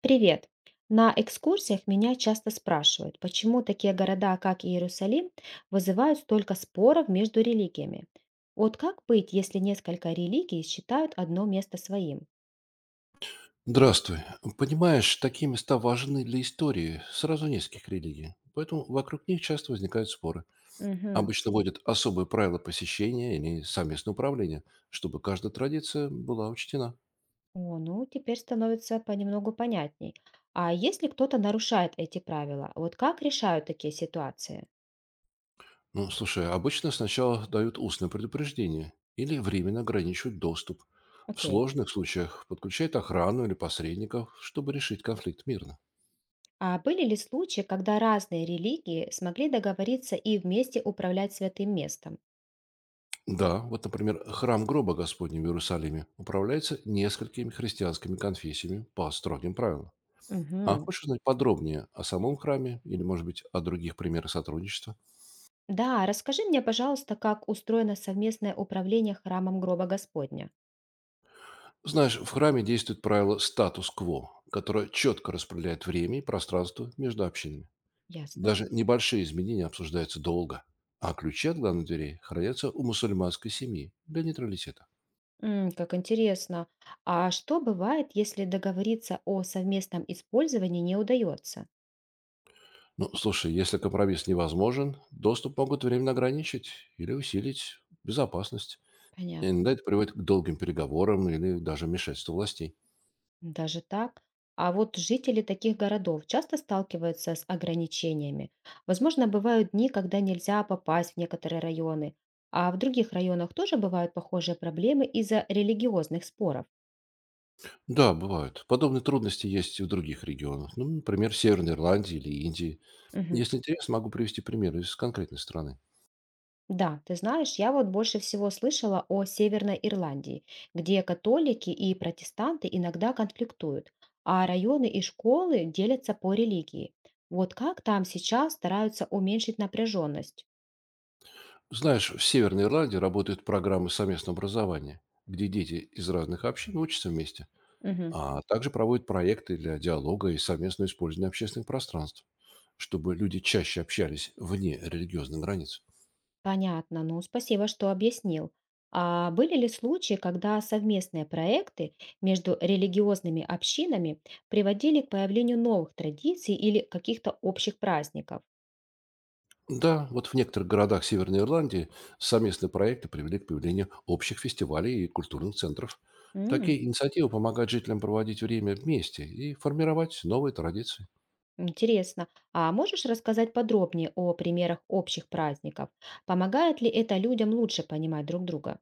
Привет! На экскурсиях меня часто спрашивают, почему такие города, как Иерусалим, вызывают столько споров между религиями. Вот как быть, если несколько религий считают одно место своим? Здравствуй. Понимаешь, такие места важны для истории сразу нескольких религий, поэтому вокруг них часто возникают споры. Мгм. Обычно вводят особые правила посещения или совместное управление, чтобы каждая традиция была учтена. О, ну теперь становится понемногу понятней. А если кто-то нарушает эти правила, вот как решают такие ситуации? Ну, слушай, обычно сначала дают устное предупреждение или временно ограничивают доступ. В Окей. сложных случаях подключают охрану или посредников, чтобы решить конфликт мирно. А были ли случаи, когда разные религии смогли договориться и вместе управлять святым местом? Да, вот, например, храм гроба Господня в Иерусалиме управляется несколькими христианскими конфессиями по строгим правилам. А Мгм. хочешь узнать подробнее о самом храме или, может быть, о других примерах сотрудничества? Да, расскажи мне, пожалуйста, как устроено совместное управление храмом гроба Господня. Знаешь, в храме действует правило статус-кво, которое четко распределяет время и пространство между общинами. Ясно. Даже небольшие изменения обсуждаются долго, а ключи от главных дверей хранятся у мусульманской семьи для нейтралитета. М, как интересно. А что бывает, если договориться о совместном использовании не удается? Ну, слушай, если компромисс невозможен, доступ могут временно ограничить или усилить безопасность. Понятно. Иногда это приводит к долгим переговорам или даже вмешательству властей. Даже так? А вот жители таких городов часто сталкиваются с ограничениями. Возможно, бывают дни, когда нельзя попасть в некоторые районы. А в других районах тоже бывают похожие проблемы из-за религиозных споров. Да, бывают. Подобные трудности есть и в других регионах. Ну, например, Северной Ирландии или Индии. Если интересно, могу привести пример из конкретной страны. Да, ты знаешь, я вот больше всего слышала о Северной Ирландии, где католики и протестанты иногда конфликтуют, а районы и школы делятся по религии. Вот как там сейчас стараются уменьшить напряженность? Знаешь, в Северной Ирландии работают программы совместного образования, где дети из разных общин учатся вместе. Мгм. А также проводит проекты для диалога и совместного использования общественных пространств, чтобы люди чаще общались вне религиозных границ. Понятно, ну спасибо, что объяснил. А были ли случаи, когда совместные проекты между религиозными общинами приводили к появлению новых традиций или каких-то общих праздников? Да, вот в некоторых городах Северной Ирландии совместные проекты привели к появлению общих фестивалей и культурных центров. М. Такие инициативы помогают жителям проводить время вместе и формировать новые традиции. Интересно. А можешь рассказать подробнее о примерах общих праздников? Помогает ли это людям лучше понимать друг друга?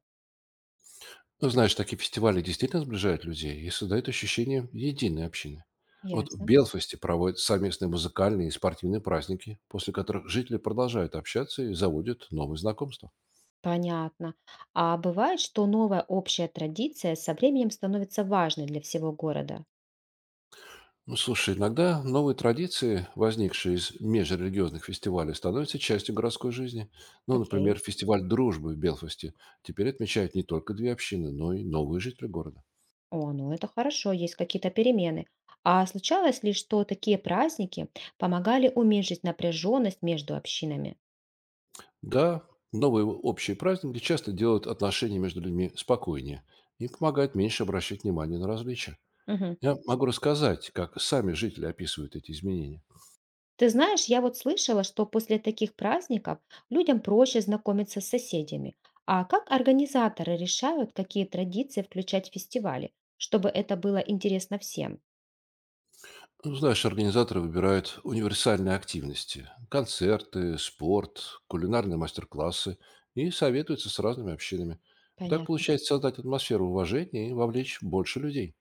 Ну, знаешь, такие фестивали действительно сближают людей и создают ощущение единой общины. Вот в Ясно. Белфасте проводят совместные музыкальные и спортивные праздники, после которых жители продолжают общаться и заводят новые знакомства. Понятно. А бывает, что новая общая традиция со временем становится важной для всего города? Ну, слушай, иногда новые традиции, возникшие из межрелигиозных фестивалей, становятся частью городской жизни. Ну, Окей. например, фестиваль дружбы в Белфасте теперь отмечают не только две общины, но и новые жители города. О, ну это хорошо, есть какие-то перемены. А случалось ли, что такие праздники помогали уменьшить напряженность между общинами? Да, новые общие праздники часто делают отношения между людьми спокойнее и помогают меньше обращать внимание на различия. Мгм. Я могу рассказать, как сами жители описывают эти изменения. Ты знаешь, я вот слышала, что после таких праздников людям проще знакомиться с соседями. А как организаторы решают, какие традиции включать в фестивали, чтобы это было интересно всем? Ну, знаешь, организаторы выбирают универсальные активности – концерты, спорт, кулинарные мастер-классы – и советуются с разными общинами. Так Понятно. получается создать атмосферу уважения и вовлечь больше людей.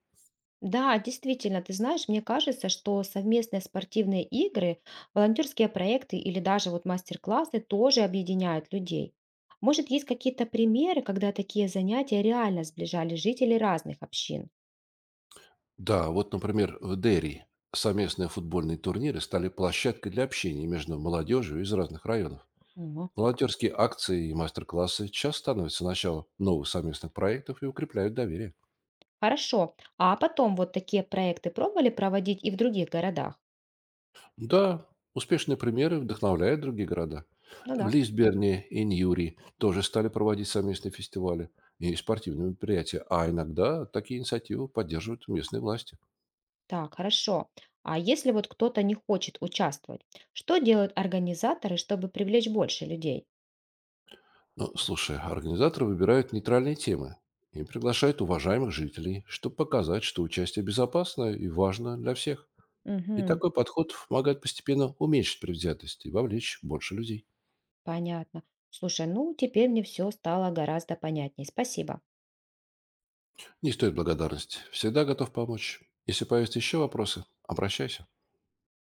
Да, действительно, ты знаешь, мне кажется, что совместные спортивные игры, волонтерские проекты или даже вот мастер-классы тоже объединяют людей. Может, есть какие-то примеры, когда такие занятия реально сближали жителей разных общин? Да, вот, например, в Дерри совместные футбольные турниры стали площадкой для общения между молодежью из разных районов. О. Волонтерские акции и мастер-классы часто становятся началом новых совместных проектов и укрепляют доверие. Хорошо. А потом вот такие проекты пробовали проводить и в других городах? Да, успешные примеры вдохновляют другие города. Ну В да. Лисберне и Ньюри тоже стали проводить совместные фестивали и спортивные мероприятия, а иногда такие инициативы поддерживают местные власти. Так, хорошо. А если вот кто-то не хочет участвовать, что делают организаторы, чтобы привлечь больше людей? Ну, слушай, организаторы выбирают нейтральные темы и приглашают уважаемых жителей, чтобы показать, что участие безопасно и важно для всех. И Мгм. такой подход помогает постепенно уменьшить предвзятость и вовлечь больше людей. Понятно. Слушай, ну теперь мне все стало гораздо понятнее. Спасибо. Не стоит благодарности. Всегда готов помочь. Если появятся еще вопросы, обращайся.